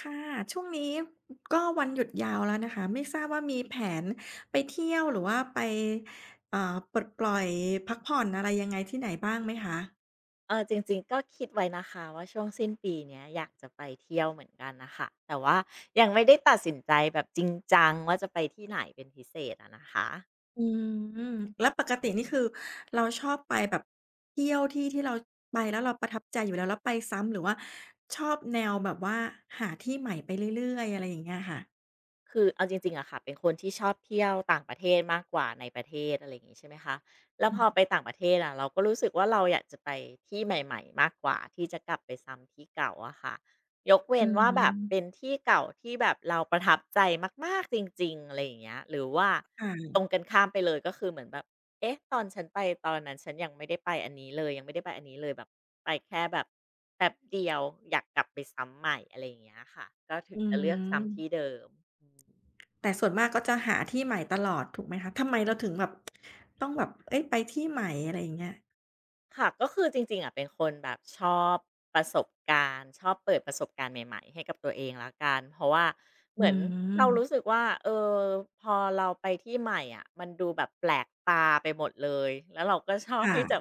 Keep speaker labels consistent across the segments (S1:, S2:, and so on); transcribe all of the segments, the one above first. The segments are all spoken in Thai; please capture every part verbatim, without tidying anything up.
S1: ค่ะช่วงนี้ก็วันหยุดยาวแล้วนะคะไม่ทราบว่ามีแผนไปเที่ยวหรือว่าไปเอ่อปลดปล่อยพักผ่อนอะไรยังไงที่ไหนบ้างไหมคะ
S2: เออจริงๆก็คิดไว้นะคะว่าช่วงสิ้นปีเนี้ยอยากจะไปเที่ยวเหมือนกันนะคะแต่ว่ายังไม่ได้ตัดสินใจแบบจริงจังว่าจะไปที่ไหนเป็นพิเศษอะนะคะ
S1: อืมแล้วปกตินี่คือเราชอบไปแบบเที่ยวที่ที่เราไปแล้วเราประทับใจอยู่แล้วแล้วไปซ้ำหรือว่าชอบแนวแบบว่าหาที่ใหม่ไปเรื่อยๆอะไรอย่างเงี้ยค่ะ
S2: คือเอาจริงๆอะค่ะเป็นคนที่ชอบเที่ยวต่างประเทศมากกว่าในประเทศอะไรอย่างงี้ใช่ไหมคะแล้ว
S1: อื
S2: พอไป
S1: ม
S2: ต่างประเทศอะเราก็รู้สึกว่าเราอยากจะไปที่ใหม่ๆมากกว่าที่จะกลับไปซ้ำที่เก่าอะค่ะยกเว้
S1: อื
S2: น
S1: อ
S2: ว่า
S1: ฮึ
S2: แบบเป็นที่เก่าที่แบบเราประทับใจมากๆจริงๆอะไรอย่างเงี้ยหรือว่าตร
S1: ค่ะ
S2: งกันข้ามไปเลยก็คือเหมือนแบบ เอ๊ะ ตอนฉันไปตอนนั้นฉันยังไม่ได้ไปอันนี้เลยยังไม่ได้ไปอันนี้เลยแบบไปแค่แบบแป๊บเดียวอยากกลับไปซ้ำใหม่อะไรอย่างเงี้ยค่ะก็ถึ
S1: อื
S2: งจะเลือกซ้ำที่
S1: ม
S2: เดิมอืม
S1: แต่ส่วนมากก็จะหาที่ใหม่ตลอดถูกไหมคะทำไมเราถึงแบบต้องแบบเอ๊ยไปที่ใหม่อะไรอย่างเงี้ย
S2: ค่ะก็คือจริงๆอะเป็นคนแบบชอบประสบการณ์ชอบเปิดประสบการณ์ใหม่ๆให้กับตัวเองละกันเพราะว่าเห
S1: อื
S2: มือนเรารู้
S1: ม
S2: สึกว่าเออพอเราไปที่ใหม่อ่ะมันดูแบบแปลกตาไปหมดเลยแล้วเราก็ชอบ
S1: ค่ะ
S2: ที่จะ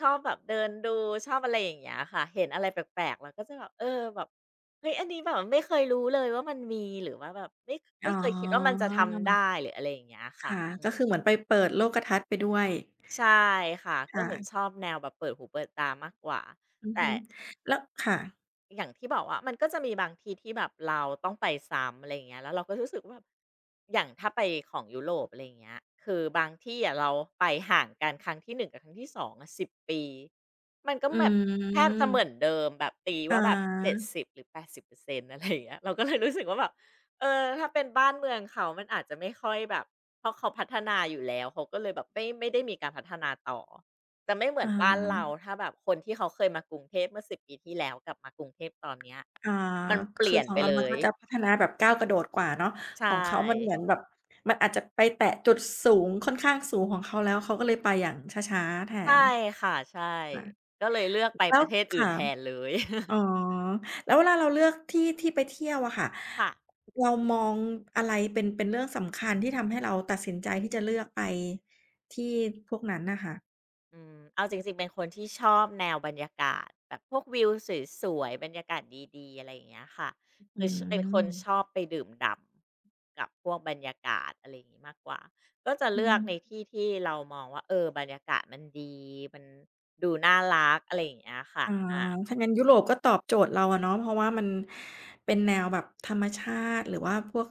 S2: ชอบแบบเดินดูชอบอะไรอย่างเงี้ยค่ะเห็นอะไรแปลกๆเราก็จะแบบเออแบบเฮ้ยอันนี้แบบไม่เคยรู้เลยว่ามันมีหรือว่าแบบไม่
S1: อ๋
S2: ไม่
S1: อ
S2: เคยคิดว่ามันจะทำได้หรืออะไรอย่างเงี้ย
S1: ค่ะ
S2: ค่ะ
S1: ก็คือเหมือนไปเปิดโลกทัศน์ไปด้วย
S2: ใช่ค่ะก็เหมือนช
S1: ค่ะ
S2: อบแนวแบบเปิดหูเปิดตามากกว่า
S1: อือ
S2: แต่
S1: ฮึแล้วค่ะ
S2: อย่างที่บอกว่ามันก็จะมีบางทีที่แบบเราต้องไปซ้ำอะไรอย่างเงี้ยแล้วเราก็รู้สึกว่าแบบอย่างถ้าไปของยุโรปอะไรอย่างเงี้ยคือบางที่อะเราไปห่างกันครั้งที่หนึ่งกับครั้งที่สองอะสิบปีมันก็
S1: อื
S2: แบบแทบจะเหมือน
S1: ม
S2: เดิมแบบตี
S1: อ
S2: ว่าแบบ
S1: า
S2: เจ็ดสิบหรือแปดสิบเปอร์เซ็นต์อร์เซ็นต์อะไรอย่างเงี้ยเราก็เลยรู้สึกว่าแบบเออถ้าเป็นบ้านเมืองเขามันอาจจะไม่ค่อยแบบเพราะเขาพัฒนาอยู่แล้วเขาก็เลยแบบไม่ไม่ได้มีการพัฒนาต่อ จะไม่เหมือนบ้าน
S1: อา
S2: เราถ้าแบบคนที่เขาเคยมากรุงเทพเมื่อสิบปีที่แล้วกลับมากรุงเทพตอนเนี้ย
S1: อา
S2: มันเป
S1: คื
S2: ลี่
S1: อ
S2: ยน
S1: ของ
S2: ไป
S1: เรา
S2: เล
S1: มัน
S2: ย
S1: ก็จะพัฒนาแบบก้าวกระโดดกว่าเนาะ
S2: ใช่
S1: ของเขามันเหมือนแบบมันอาจจะไปแตะจุดสูงค่อนข้างสูงของเขาแล้วเขาก็เลยไปอย่างช้าๆแท
S2: ใช่
S1: น
S2: ค่ะใช่
S1: ค่ะ
S2: ก็เลยเลือกไป
S1: แล้
S2: ป
S1: ว
S2: ระเทศอื่น
S1: ค่ะ
S2: แทนเลย
S1: อ๋อ แล้วเวลาเราเลือกที่ที่ไปเที่ยวอะค่ะ
S2: ค่ะ
S1: เรามองอะไรเป็นเป็นเรื่องสำคัญที่ทำให้เราตัดสินใจที่จะเลือกไปที่พวกนั้นน่ะค่ะ
S2: อืมเอาจริงๆเป็นคนที่ชอบแนวบรรยากาศแบบพวกวิวสวยๆบรรยากาศดีๆ อะไรอย่างเงี้ยค่ะ
S1: อื
S2: คือเป็นคนชอบ
S1: ม
S2: ไปดื่มด่ำกับพวกบรรยากาศอะไรอย่างงี้มากกว่าก็จะ
S1: อื
S2: เลือ
S1: ม
S2: กในที่ที่เรามองว่าเออบรรยากาศมันดีมันดูน่ารักอะไรอย่างเงี้ยค่ะ
S1: อ๋อ
S2: อะ
S1: ถ้างั้นยุโรปก็ตอบโจทย์เราอะเนาะเพราะว่ามันเป็นแนวแบบธรรมชาติหรือว่าพวก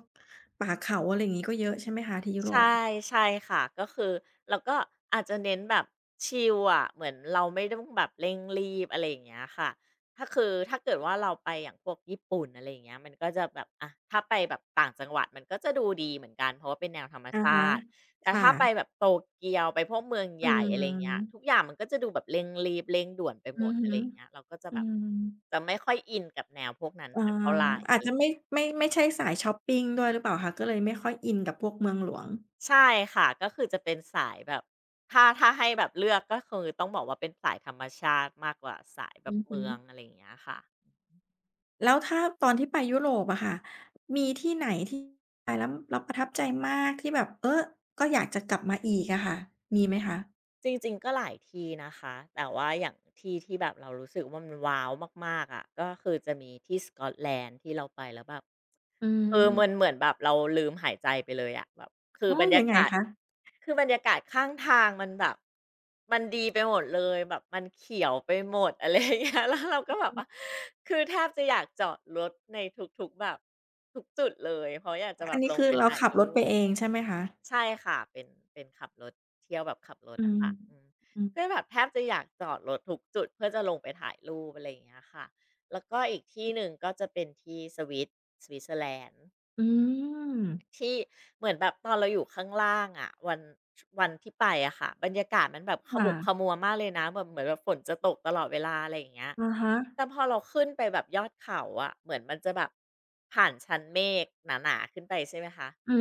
S1: ป่าเขาอะไรอย่างงี้ก็เยอะใช่ไหมคะที่ยุโร
S2: ใช่
S1: ป
S2: ใช่ค่ะก็คือเราก็อาจจะเน้นแบบชิลอะเหมือนเราไม่ต้องแบบเร่งรีบอะไรอย่างเงี้ยค่ะถ้าคือถ้าเกิดว่าเราไปอย่างพวกญี่ปุ่นอะไรอย่างเงี้ยมันก็จะแบบอะถ้าไปแบบต่างจังหวัดมันก็จะดูดีเหมือนกันเพราะว่าเป็นแนวธรรม
S1: อะ
S2: ชา
S1: ฮะ
S2: ติแต่
S1: ค่ะ
S2: ถ้าไปแบบโตเกียวไปพวกเมือง
S1: อื
S2: ใหญ่อะไร
S1: ม
S2: อย่างเงี้ยทุกอย่างมันก็จะดูแบบเร่งรีบเร่งด่วนไป
S1: อื
S2: หมด
S1: อ
S2: อะ
S1: ฮึ
S2: ไรอย่างเงี้ยเราก็จะ
S1: อื
S2: แบบ
S1: ม
S2: จะไม่ค่อยอินกับแนวพวกนั้น
S1: อา
S2: สักเท่าไหร่
S1: อาจจะไม่ไม่ไม่ใช่สายชอปปิงด้วยหรือเปล่าคะก็เลยไม่ค่อยอินกับพวกเมืองหลวง
S2: ใช่ค่ะก็คือจะเป็นสายแบบถ้าถ้าให้แบบเลือกก็คือต้องบอกว่าเป็นสายธรรมชาติมากกว่าสายแบบ
S1: อือฮึ
S2: เมืองอะไรอย่างเงี้ยค่ะ
S1: แล้วถ้าตอนที่ไปยุโรปอะค่ะมีที่ไหนที่ไปแล้วแล้วประทับใจมากที่แบบเออก็อยากจะกลับมาอีกอะค่ะมีไหมคะ
S2: จริงๆก็หลายที่นะคะ แต่ว่าอย่างที่ที่แบบเรารู้สึกว่ามันว้าวมากๆอะก็คือจะมีที่สกอตแลนด์ที่เราไปแล้วแบบ
S1: อื
S2: เออ
S1: ม
S2: มันเหมือนแบบเราลืมหายใจไปเลยอะแบบคือ
S1: อ๋อ
S2: บรร
S1: ยั
S2: ยา
S1: งไง
S2: กาศ
S1: คะ
S2: คือบรรยากาศข้างทางมันแบบมันดีไปหมดเลยแบบมันเขียวไปหมด อะไรอย่างเงี้ยแล้วเราก็แบบว่าคือแทบจะอยากจอดรถในทุกๆแบบทุกจุดเลยเพราะอยากจะแบ
S1: อั
S2: บ
S1: น
S2: ล
S1: นี้
S2: ง
S1: คือ
S2: ไป
S1: เรา
S2: ถ่าย
S1: ขับ
S2: รู
S1: รถไป
S2: ป
S1: เองใช่ไหมคะ
S2: ใช่ค่ะ เป็น เป็นขับรถเที่ยวแบบขับรถ
S1: อื
S2: อะ
S1: ม
S2: ค่ะอืม
S1: อืม
S2: ก็แบบแทบจะอยากจอดรถทุกจุดเพื่อจะลงไปถ่ายรูปอะไรอย่างเงี้ยค่ะ แล้วก็อีกที่หนึ่งก็จะเป็นที่สวิตสวิตเซอร์แลนด์
S1: อืม
S2: ที่เหมือนแบบตอนเราอยู่ข้างล่างอะวันชวันที่ไปอะค่ะบรรยากาศมันแบบข
S1: ค
S2: มุกข
S1: ่ะ
S2: มัวมากเลยนะแบบเหมือนแบบฝนจะตกตลอดเวลาอะไรอย่างเงี้ย
S1: อะฮะ
S2: แต่พอเราขึ้นไปแบบยอดเขาอะเหมือนมันจะแบบผ่านชั้นเมฆหนาๆขึ้นไปใช่ไหมคะ
S1: อื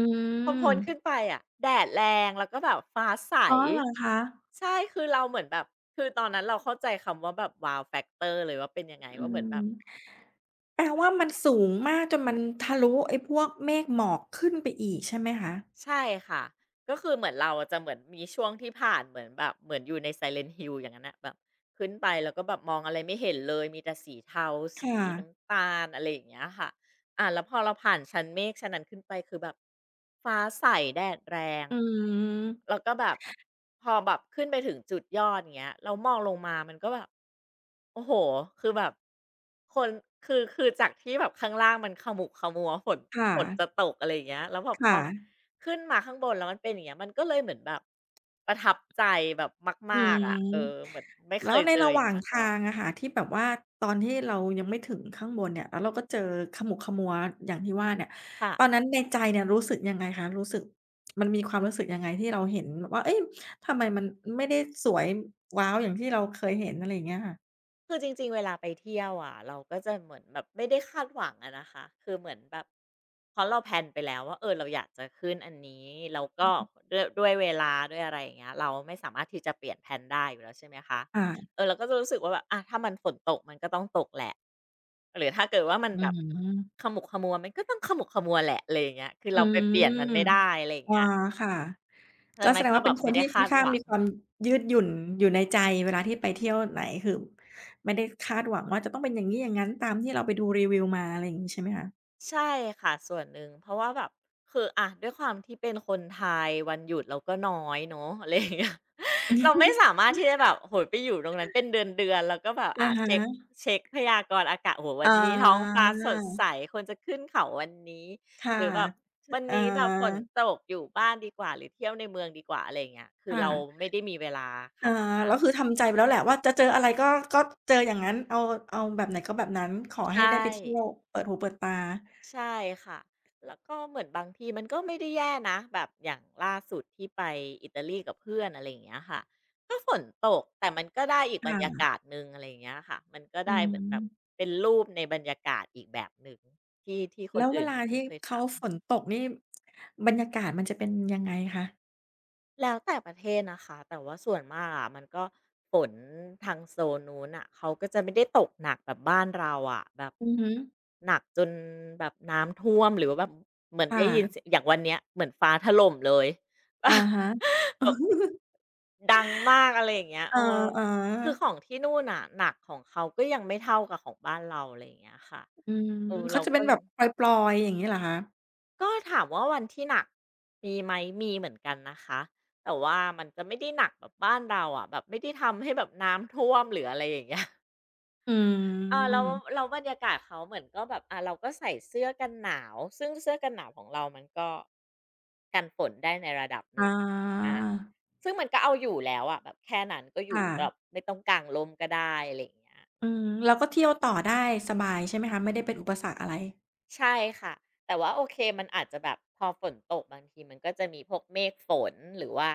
S2: พอ
S1: ม
S2: พ้นขึ้นไปอะแดดแรงแล้วก็แบบฟ้าใส
S1: อ๋อเหรอคะ
S2: ใช่คือเราเหมือนแบบคือตอนนั้นเราเข้าใจคำว่าแบบ wow factor เลยว่าเป็นยังไง
S1: อื
S2: ว่าเหมือนแบบ
S1: ม แปลว่ามันสูงมากจนมันทะลุไอ้พวกเมฆหมอกขึ้นไปอีกใช่ไหมคะ
S2: ใช่ค่ะก็คือเหมือนเราอะจะเหมือนมีช่วงที่ผ่านเหมือนแบบเหมือนอยู่ใน Silent Hill อย่างนั้นน่ะแบบขึ้นไปแล้วก็แบบมองอะไรไม่เห็นเลยมีแต่สีเทาสี
S1: ค่ะ
S2: น้ำตาลอะไรอย่างเงี้ยค่ะอ่าแล้วพอเราผ่านชั้นเมฆชั้นนั้นขึ้นไปคือแบบฟ้าใสแดดแรง
S1: อืม
S2: แล้วก็แบบพอแบบขึ้นไปถึงจุดยอดอย่างเงี้ยแล้วมองลงมามันก็แบบโอ้โฮคือแบบคนคือคือจากที่แบบข้างล่างมันขมุกขมัวฝน
S1: ค่ะ
S2: ฝนจะตกอะไรอย่างเงี้ยแล้วแบบพอ
S1: ค่ะ
S2: ขึ้นมาข้างบนแล้วมันเป็นอย่างเงี้ยมันก็เลยเหมือนแบบประทับใจแบบ
S1: อื
S2: มากๆอะเออเห
S1: ม
S2: มือนไม่เค
S1: แล้ว
S2: ย
S1: ใน
S2: เจอ
S1: ระ
S2: อ
S1: ห
S2: ย่าง
S1: ว่า
S2: งี้
S1: ง
S2: มาก่อ
S1: ทา
S2: น
S1: งอะค่ะที่แบบว่าตอนที่เรายังไม่ถึงข้างบนเนี่ยแล้วเราก็เจอขมุกขมัวอย่างที่ว่าเนี่ย
S2: ค่ะ
S1: ตอนนั้นในใจเนี่ยรู้สึกยังไงคะรู้สึกมันมีความรู้สึกยังไงที่เราเห็นแบบว่าเอ๊ยทำไมมันไม่ได้สวยว้าวอย่างที่เราเคยเห็นอะไรอย่างเงี้ยค่ะ
S2: คือจริงๆเวลาไปเที่ยวอะเราก็จะเหมือนแบบไม่ได้คาดหวังอะนะคะคือเหมือนแบบเพราะเราแพลนไปแล้วว่าเออเราอยากจะขึ้นอันนี้แล้วก็ด้วยด้วยเวลาด้วยอะไรอย่างเงี้ยเราไม่สามารถที่จะเปลี่ยนแพลนได้อยู่แล้วใช่ไหมคะ
S1: ค่ะ
S2: เออเราก็จะรู้สึกว่าแบบอะถ้ามันฝนตกมันก็ต้องตกแหละหรือถ้าเกิดว่ามัน
S1: อื
S2: แบบ
S1: ม
S2: ขมุกขมัวมันก็ต้องขมุกขมัวแหละอะไรอย่างเงี้ยคือ
S1: อื
S2: เราไปเปลี่ยนมันไม่
S1: ม
S2: ได้อะไรอย่าง
S1: อา
S2: เงี้ย
S1: ค่ะ
S2: ดั
S1: ก็
S2: ง
S1: แส
S2: นั้น
S1: ดง
S2: ก็
S1: ว่า
S2: แบ
S1: เป็น
S2: บ
S1: ค
S2: ไม่
S1: น
S2: ได้
S1: ที่ค่
S2: คา
S1: อน
S2: ดห
S1: ข้าง
S2: วั
S1: มี
S2: ง
S1: ความยืดหยุ่นอยู่ในใจเวลาที่ไปเที่ยวไหนคือไม่ได้คาดหวังว่าจะต้องเป็นอย่างงี้อย่างงั้นตามที่เราไปดูรีวิวมาอะไรอย่างงี้ใช่ไหมคะ
S2: ใช่ค่ะส่วนหนึ่งเพราะว่าแบบคืออะด้วยความที่เป็นคนไทยวันหยุดเราก็น้อยเนาะ อะไรอย่างเงี้ย เราไม่สา มารถที่จะแบบโอ้โฮไปอยู่ตรงนั้นเป็นเดือนๆแล้วก็แบบ
S1: อะ
S2: อ่าเช็ก
S1: ฮะ
S2: เช็กพยากรณ์อากาศโอ้โฮวั
S1: อ๋อ
S2: นนี้ท้องฟ้าสดใสควรจะขึ้นเขาวันนี้
S1: ค่ะ
S2: หรือแบบ
S1: ช
S2: วัน
S1: อ
S2: นี้แบบฝน
S1: า
S2: ตกอยู่บ้านดีกว่าหรือเที่ยวในเมืองดีกว่าอะไรอย่างเงี้ยคื
S1: ค
S2: อเรา
S1: ่ะ
S2: ไม่ได้มีเวลาข
S1: อา
S2: นาดนั้
S1: แล้วคือ
S2: น
S1: ทำใจไปแล้วแหละว่าจะเจออะไรก็ก็เจออย่างงั้นเอาเอาแบบไหนก็แบบนั้นขอให้
S2: ใช่
S1: ได้ไปเที่ยวเปิดหูเปิดตา
S2: ใช่ค่ะแล้วก็เหมือนบางทีมันก็ไม่ได้แย่นะ แบบอย่างล่าสุดที่ไปอิตาลีกับเพื่อนอะไรอย่างเงี้ยค่ะก็ฝนตกแต่มันก็ได้อีกบรรยา
S1: ค่ะ
S2: กาศหนึ่งอะไรอย่างเงี้ยค่ะมันก็
S1: อื
S2: ได้เหมือนแบบ
S1: ม
S2: เป็นรูปในบรรยากาศอีกแบบหนึ่งที่ที่ค
S1: แล้
S2: น
S1: วเว
S2: อื่น
S1: ลา
S2: เขาจะ
S1: ที่
S2: ไม่เคย
S1: เขาฝ
S2: ทำ
S1: นตกนี่บรรยากาศมันจะเป็นยังไงคะ
S2: แล้วแต่ประเทศนะคะแต่ว่าส่วนมากอะมันก็ฝนทางโซนนู้นอ่ะเขาก็จะไม่ได้ตกหนักแบบบ้านเราอะแบบ
S1: อือฮึ
S2: หนักจนแบบน้ำท่วมหรือว่าแบบเหมือน
S1: ค
S2: ได้ยินเสีย
S1: ่ะ
S2: งอย่างวันเนี้ยเหมือนฟ้าถล่มเลย
S1: อะฮะ
S2: แบบแบบดังมากอะไรอย่างเงี้ย
S1: อะ
S2: โอ้
S1: ฮ
S2: คือขอ
S1: ะ
S2: งที่นู่นอ่ะหนักของเขาก็ยังไม่เท่ากับของบ้านเราอะไรอย่างเงี้ยค่ะ
S1: อืม
S2: เออ
S1: เขา
S2: เรา
S1: จะเป็
S2: ก็
S1: นแบบปลอยๆอย่างงี้เหรอคะ
S2: ก็ถามว่าวันที่หนักมีไหมมีเหมือนกันนะคะแต่ว่ามันจะไม่ได้หนักแบบบ้านเราอะแบบไม่ได้ทำให้แบบน้ำท่วมหรืออะไรอย่างเงี้ย
S1: อื
S2: เออแล้ว
S1: ม
S2: แล้บรรยากาศเขาเหมือนก็แบบอ่าเราก็ใส่เสื้อกันหนาวซึ่งเสื้อกันหนาวของเรามันก็กันฝนได้ในระดับหนึ่ง
S1: อา
S2: อาซึ่งมันก็เอาอยู่แล้วอะแบบแค่นั้นก็อ
S1: ค
S2: ยู่แบบ
S1: ่ะ
S2: ไม่ต้องกางล่มก็ได้อะไรอย่างเงี้ย
S1: อืมเราก็เที่ยวต่อได้สบายใช่ไหมคะไม่ได้เป็นอุปสรรคอะไร
S2: ใช่ค่ะแต่ว่าโอเคมันอาจจะแบบพอฝนตกบางทีมันก็จะมีพวกเมฆฝนหรือว่า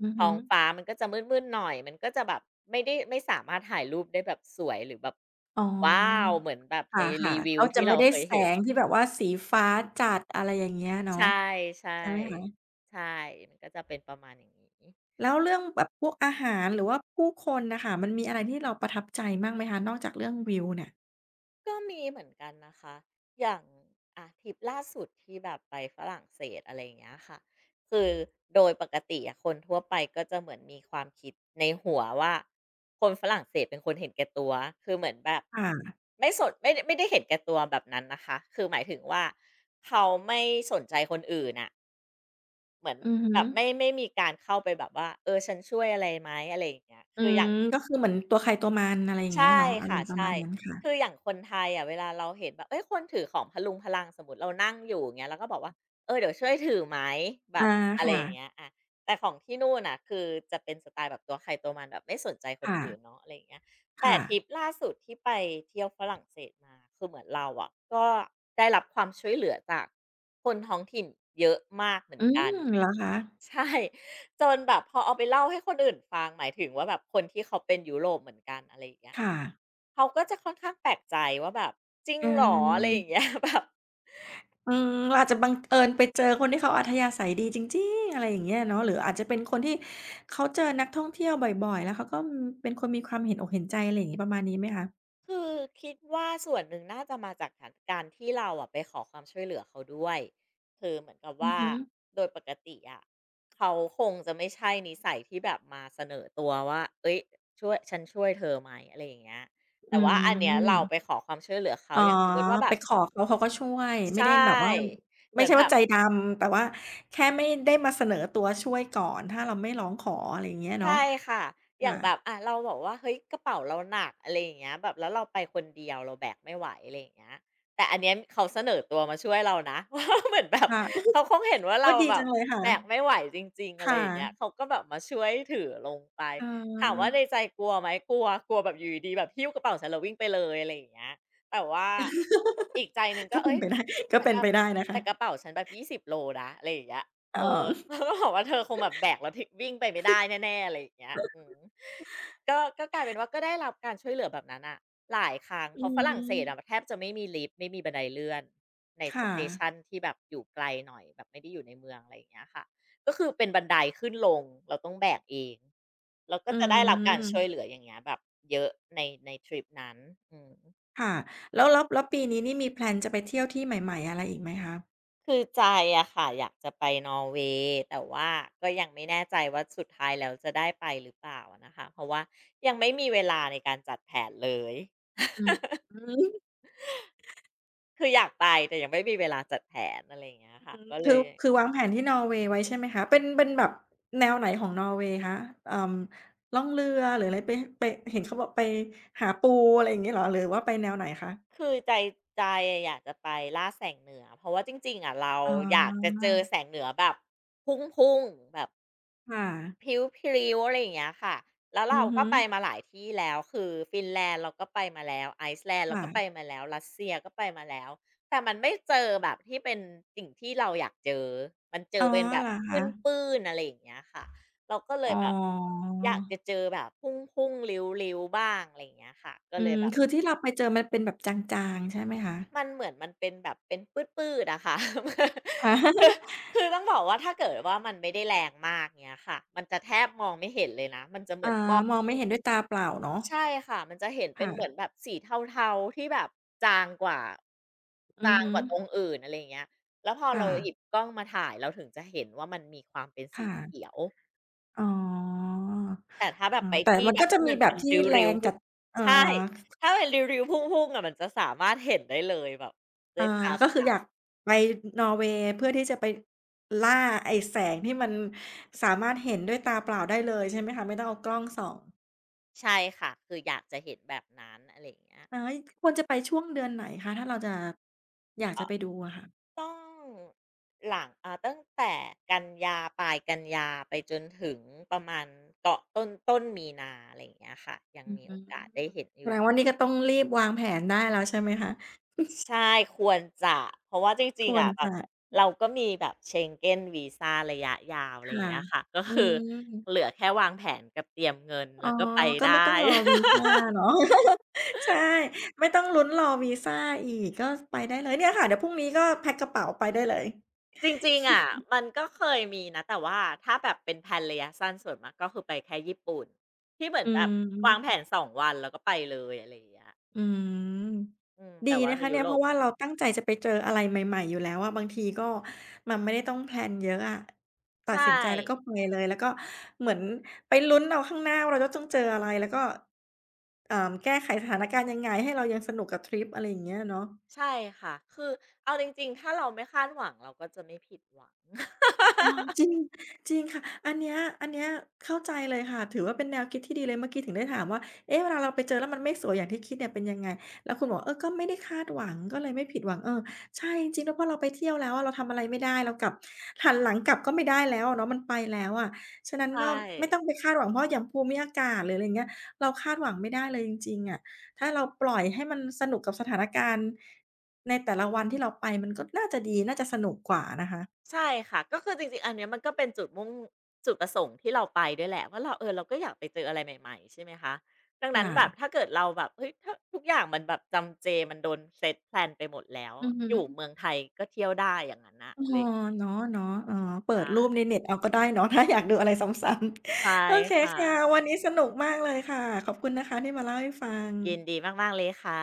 S1: อือ
S2: ท้อ
S1: ฮึ
S2: งฟ้ามันก็จะมืดๆหน่อยมันก็จะแบบไม่ได้ไม่สามารถถ่ายรูปได้แบบสวยหรือแบบ
S1: อ๋อ
S2: ว้าวเหมือนแบบ
S1: ค
S2: ใน
S1: ่ะ
S2: รี
S1: ๆ
S2: วิว
S1: เขาจะ
S2: ที่
S1: ไม่
S2: เรา
S1: ได้
S2: เคย
S1: แส
S2: เห็น
S1: งที่แบบว่าสีฟ้าจัดอะไรอย่างเงี้ย
S2: ใช
S1: เนาะ
S2: ่ๆใช่
S1: ใช่ไหมคะ
S2: มันก็จะเป็นประมาณอย่างนี้
S1: แล้วเรื่องแบบพวกอาหารหรือว่าผู้คนน่ะค่ะมันมีอะไรที่เราประทับใจมัางไหมคะนอกจากเรื่องวิวเนี่ย
S2: ก็มีเหมือนกันนะคะ อย่างอาทริปล่าสุดที่แบบไปฝรั่งเศสอะไรอย่างเงี้ยค่ะคือโดยปกติอะคนทั่วไปก็จะเหมือนมีความคิดในหัวว่าคนฝรั่งเศสเป็นคนเห็นแก่ตัวคือเหมือนแบบ
S1: ค่ะ
S2: ไม่สนไม่ได้ไม่ได้เห็นแก่ตัวแบบนั้นนะคะคือหมายถึงว่าเขาไม่สนใจคนอื่นอะเหมือน
S1: อือฮึ
S2: แบบไม่ไม่มีการเข้าไปแบบว่าเออฉันช่วยอะไรไหมอะไรอย่างเงี้ย
S1: อื
S2: คืออ
S1: ม
S2: ย่าง
S1: ก็คือเหมือนตัวใครตัวมันอะไรอย่างเงี้ย
S2: ใช่
S1: เนาะอาร
S2: ค่ะ
S1: มณ์ประมา
S2: ใช่
S1: ณนั้นค่ะ
S2: คืออย่างคนไทยอะเวลาเราเห็นแบบเอ้ยคนถือของพะรุงพะรังสมมุติเรานั่งอยู่อย่างเงี้ยเราก็บอกว่าเออเดี๋ยวช่วยถือไหมแบบ
S1: อา
S2: อะไร
S1: ค่ะ
S2: อย่างเงี้ยอาแต่ของที่นู่นน่ะคือจะเป็นสไตล์แบบตัวใครตัวมันแบบไม่สนใจคน
S1: ค่ะ
S2: อื่นเนาะอะไรอย่างเงี้ยแต่
S1: ค่ะ
S2: ทริปล่าสุดที่ไปเที่ยวฝรั่งเศสมาคือเหมือนเราอะก็ได้รับความช่วยเหลือจากคนท้องถิ่นเยอะมากเหมือ
S1: อื
S2: น
S1: ม
S2: กัน
S1: เหรอคะ
S2: ใช่ จนแบบพอเอาไปเล่าให้คนอื่นฟังหมายถึงว่าแบบคนที่เขาเป็นยุโรปเหมือนกันอะไรอย่างเงี้ย
S1: ค่ะ
S2: เขาก็จะค่อนข้างแปลกใจว่าแบบจริง
S1: อา
S2: เหรออะไรอย่างเงี้ย แบบ
S1: อืมเราอาจจะบังเอิญไปเจอคนที่เขาอัธยาศัยดีจริงๆอะไรอย่างเงี้ยเนาะหรืออาจจะเป็นคนที่เขาเจอนักท่องเที่ยวบ่อยๆแล้วเขาก็อืมเป็นคนมีความเห็นอกเห็นใจอะไรอย่างงี้ประมาณนี้ไหมคะ
S2: คือคิดว่าส่วนหนึ่งน่าจะมาจากการการที่เราอะไปขอความช่วยเหลือเขาด้วยคือเหมือนกับ
S1: อือ
S2: ว่า
S1: ฮึ
S2: โดยปกติอะเขาคงจะไม่ใช่นิสัยที่แบบมาเสนอตัวว่าเฮ้ยช่วยฉันช่วยเธอไหมอะไรอย่างเงี้ย
S1: อื
S2: แต่ว่าอันเนี้ยเราไป
S1: ม
S2: ขอความช่วยเหลือเขา
S1: อ๋อ
S2: อย่างสมมุติว่าแบ
S1: ไป
S2: บ
S1: ขอเขาเขาก็ช่วย
S2: ใช
S1: ไม่ได้แบบว่า
S2: ่เห
S1: ไม่
S2: มือน
S1: ใช่
S2: แบ
S1: ว่า
S2: บ
S1: ใจดำแต่ว่าแค่ไม่ได้มาเสนอตัวช่วยก่อนถ้าเราไม่ร้องขออะไรอย่างเงี้ยเนาะ
S2: ใช่ค่ะอย่า
S1: ค่ะ
S2: งแบบอะเราบอกว่าเฮ้ยกระเป๋าเราหนักอะไรอย่างเงี้ยแบบแล้วเราไปคนเดียวเราแบกไม่ไหวอะไรอย่างเงี้ยแต่อันเนี้ยเขาเสนอตัวมาช่วยเรานะ ว่าเหมือนแบบ
S1: ค่ะ
S2: เขาคงเห็นว่า
S1: โอ๊
S2: เรา
S1: ยดี
S2: แบ
S1: จั
S2: บ
S1: งเลยค่ะ
S2: แบกไม่ไหวจริงๆอะไร
S1: ค่
S2: อย่างเงี้ย
S1: ะ
S2: เขาก็แบบมาช่วยถือลงไป
S1: อ๋
S2: ถามว่า
S1: อ
S2: ในใจกลัวไหมกลัวกลัวแบบอยู่ดีๆแบบหิ้วกระเป๋าฉันแล้ววิ่งไปเลยอะไรอย่างเงี้ยแต่ว่าอีกใจหนึ่งก็
S1: ก็เป็
S2: เอ้
S1: น
S2: ย
S1: ไปได้ ก็
S2: แต่
S1: เป็
S2: ก
S1: น
S2: ระ
S1: ไปได้นะคะ
S2: แต่กระเป๋าฉันแบบยี่สิบโลโลนะอะไรอย่างเงี้ย
S1: เอ
S2: เออ
S1: อ
S2: แล้วก็บอกว่าเธอคงแบบแบกแล้วทงวิ่งไปไม่ได้แน่ๆอะไรอย่างเงี้ยอืมก็ก็กลายเป็นว่าก็ได้รับการช่วยเหลือแบบนั้นอ่ะหลายครั้ง
S1: อื
S2: เพราะฝรั่งเศสอะแท
S1: ม
S2: บจะไม่มีลิฟต์ไม่มีบันไดเลื่อนในส
S1: ค่ะ
S2: เตชันที่แบบอยู่ไกลหน่อยแบบไม่ได้อยู่ในเมืองอะไรอย่างเงี้ยค่ะก็คือเป็นบันไดขึ้นลงเราต้องแบกเองเราก็
S1: อื
S2: จะได้รับการช่วยเหลือ
S1: ม
S2: อย่างเงี้ยแบบเยอะในในทริปนั้นอืม
S1: ค่ะแล้วแล้วแล้วปีนี้นี่มีแพลนจะไปเที่ยวที่ใหม่ๆอะไรอีกไหมคะ
S2: คือใจอะค่ะอยากจะไปนอร์เวย์แต่ว่าก็ยังไม่แน่ใจว่าสุดท้ายแล้วจะได้ไปหรือเปล่าอะนะคะเพราะว่ายังไม่มีเวลาในการจัดแผนเลย
S1: อืม
S2: คืออยากไปแต่ยังไม่มีเวลาจัดแผนอะไรอย่างเงี้ยค่ะก็เล
S1: คือ
S2: ย
S1: คือวางแผนที่นอร์เวย์ไว้ใช่ไหมคะเป็นเป็นแบบแนวไหนของนอร์เวย์คะเอ่อล่องเรือหรืออะไรไปไปเห็นเขาบอกไปหาปูอะไรอย่างงี้เหรอหรือว่าไปแนวไหนคะ
S2: คือใจใจอะอยากจะไปล่าแสงเหนือเพราะว่าจริงๆอะเรา
S1: อ๋
S2: อยากจะ
S1: อ
S2: เจอแสงเหนือแบบพุ่งๆแบบ
S1: ค่ะ
S2: พริ้วๆอะไรอย่างเงี้ยค่ะแล้ว
S1: อื
S2: เรา
S1: อ
S2: ก็
S1: ฮึ
S2: ไปมาหลายที่แล้วคือฟินแลนด์เราก็ไปมาแล้วไอซ์แลนด์เราก็ไป
S1: ค่ะ
S2: มาแล้วรัสเซียก็ไปมาแล้วแต่มันไม่เจอแบบที่เป็นสิ่งที่เราอยากเจอมันเจ
S1: อ๋
S2: อ
S1: อ
S2: เป็นแบบ
S1: เหรอ
S2: ป
S1: คะ
S2: ื้นๆอะไรอย่างเงี้ยค่ะเราก็เล
S1: อ๋
S2: ยแบบ
S1: อ
S2: อยากจะเจอแบบพุ่งๆริ้วๆบ้างอะไรอย่างเงี้ยค่ะก็
S1: อื
S2: เลย
S1: ม
S2: แบบ
S1: คือที่เราไปเจอมันเป็นแบบจางๆใช่ไหมคะ
S2: มันเหมือนมันเป็นแบบเป็นปื้ดๆอะค่ะ
S1: ค่ะ
S2: คือ คือต้องบอกว่าถ้าเกิดว่ามันไม่ได้แรงมากเงี้ยค่ะมันจะแทบมองไม่เห็นเลยนะมันจะเหมือน
S1: อา
S2: มอง
S1: มองไม่เห็นด้วยตาเปล่าเนาะ
S2: ใช่ค่ะมันจะเห็นเป็น
S1: ค่ะ
S2: เหมือนแบบสีเทาๆที่แบบจางกว่า
S1: อือ
S2: จาง
S1: ฮึ
S2: กว่าตรงอื่นอะไรอย่างเงี้ยแล้วพอเรา
S1: ค่ะ
S2: หยิบกล้องมาถ่ายเราถึงจะเห็นว่ามันมีความเป็นสี
S1: ค่ะ
S2: เขียว
S1: อ๋อ
S2: แต่ถ้าแบบไป
S1: อาแต่
S2: ที่
S1: มัน
S2: แบ
S1: ก็
S2: บ
S1: จะ
S2: ที่
S1: มี
S2: มัน
S1: แบ
S2: เป็
S1: บ
S2: น
S1: ที่
S2: ร
S1: แร
S2: ิ้ว
S1: ง
S2: ๆพุ่
S1: จั
S2: ง
S1: ดเอ่อ
S2: ใช่ถ้าเป็นริ้วๆพุ่งๆอะมันจะสามารถเห็นได้เลยแบบด้ว
S1: อ่า
S2: ยตา
S1: ก็
S2: เป
S1: คือ
S2: ล่า
S1: อยากไปนอร์เวย์เพื่อที่จะไปล่าไอ้แสงที่มันสามารถเห็นด้วยตาเปล่าได้เลยใช่ไหมคะไม่ต้องเอากล้องส่อง
S2: ใช่ค่ะคืออยากจะเห็นแบบนั้นอะไรอย่างเงี้ย
S1: อาควรจะไปช่วงเดือนไหนคะถ้าเราจะอยากจะไปดูอะค่ะ
S2: ต้องหลังอ่าตั้งแต่กันยาปลายกันยาไปจนถึงประมาณเกาะต้นต้นมีนาอะไรอย่างเงี้ยค่ะยัง
S1: อือ
S2: มี
S1: ฮึ
S2: โอกาสได้เห็นอ
S1: แสด
S2: ยู่
S1: งว่านี่ก็ต้องรีบวางแผนได้แล้วใช่ไหมคะ
S2: ใช่ควรจะเพราะว่าจ
S1: ค
S2: ริง
S1: ว
S2: ๆ
S1: ร
S2: อะแบบ
S1: จะ
S2: เราก็มีแบบเชงเก้นวีซาระยะยาวอะไรอย่าง
S1: ค่ะ
S2: เงี้ยค่ะก็
S1: อื
S2: คือเห
S1: ม
S2: ลือแค่วางแผนกับเตรียมเงิน
S1: อ๋อ
S2: แล้วก็ไป
S1: ก็ไม่
S2: ได้
S1: ต้องรอวีซ่า เนาะ ใช่ไม่ต้องลุ้นรอวีซาอีกก็ไปได้เลยเนี่ยค่ะเดี๋ยวพรุ่งนี้ก็แพ็กกระเป๋าไปได้เลย
S2: จริงๆอ่ะมันก็เคยมีนะแต่ว่าถ้าแบบเป็นแพลนระยะสั้นส่วนมากก็คือไปแค่ญี่ปุ่นที่เหมือน
S1: อื
S2: แบบวางแผ
S1: ม
S2: นสองวันวันแล้วก็ไปเลยอะไรอย่างเงี้ย
S1: อืม
S2: อืม
S1: ดี
S2: แต่ว่า
S1: นะคะ
S2: ยุ
S1: เนี่ย
S2: โร
S1: เพ
S2: ป
S1: ราะว่าเราตั้งใจจะไปเจออะไรใหม่ๆอยู่แล้วอะบางทีก็มันไม่ได้ต้องแพลนเยอะอะตั
S2: ใช
S1: ดสินใจแล้วก็
S2: ่
S1: ไปเลยแล้วก็เหมือนไปลุ้นเอาข้างหน้าว่าเราจะต้องเจออะไรแล้วก็เอ่อแก้ไขสถานการณ์ยังไงให้เรายังสนุกกับทริปอะไรอย่างเงี้ยเนาะ
S2: ใช่ค่ะคือเอาจริงๆถ้าเราไม่คาดหวังเราก็จะไม่ผิดหวัง
S1: อ๋อจริงจริงค่ะอันเนี้ยอันเนี้ยเข้าใจเลยค่ะถือว่าเป็นแนวคิดที่ดีเลยเมื่อกี้ถึงได้ถามว่าเอ๊ะเวลาเราไปเจอแล้วมันไม่สวยอย่างที่คิดเนี่ยเป็นยังไงแล้วคุณบอกว่าเออก็ไม่ได้คาดหวังก็เลยไม่ผิดหวังเออใช่จริงๆแล้วพอเราไปเที่ยวแล้วอะเราทำอะไรไม่ได้เรากลับหันหลังกลับก็ไม่ได้แล้วอะเนาะมันไปแล้วอะฉะนั้น
S2: ใช่
S1: ก็ไม่ต้องไปคาดหวังเพราะอย่างภูมิอากาศหรืออะไรงเงี้ยเราคาดหวังไม่ได้เลยจริงๆอะถ้าเราปล่อยให้มันสนุกกับสถานการณ์ในแต่ละวันที่เราไปมันก็น่าจะดีน่าจะสนุกกว่านะคะ
S2: ใช่ค่ะก็คือจริงๆอันเนี้ยมันก็เป็นจุดมุ่งจุดประสงค์ที่เราไปด้วยแหละว่าเราเออเราก็อยากไปเจออะไรใหม่ๆใช่ไหมคะดังนั้น
S1: ค่ะ
S2: แบบถ้าเกิดเราแบบเฮ้ยถ้าทุกอย่างมันแบบจำเจมันโดนเซตแพลนไปหมดแล้ว
S1: อือฮึ
S2: อยู่เมืองไทยก็เที่ยวได้อย่างนั้นนะ
S1: ออ
S2: เล
S1: อ
S2: ย
S1: เนาะ เนาะอ๋อเปิดรูปในเน็ตเอาก็ได้เนาะ ถ้าอยากดูอะไรซ้ำ
S2: ใช่
S1: ๆโอเค
S2: ค่ะ
S1: ค่ะวันนี้สนุกมากเลยค่ะ ขอบคุณนะคะที่มาเล่าให้ฟัง
S2: ยินดีมากๆเลยค่ะ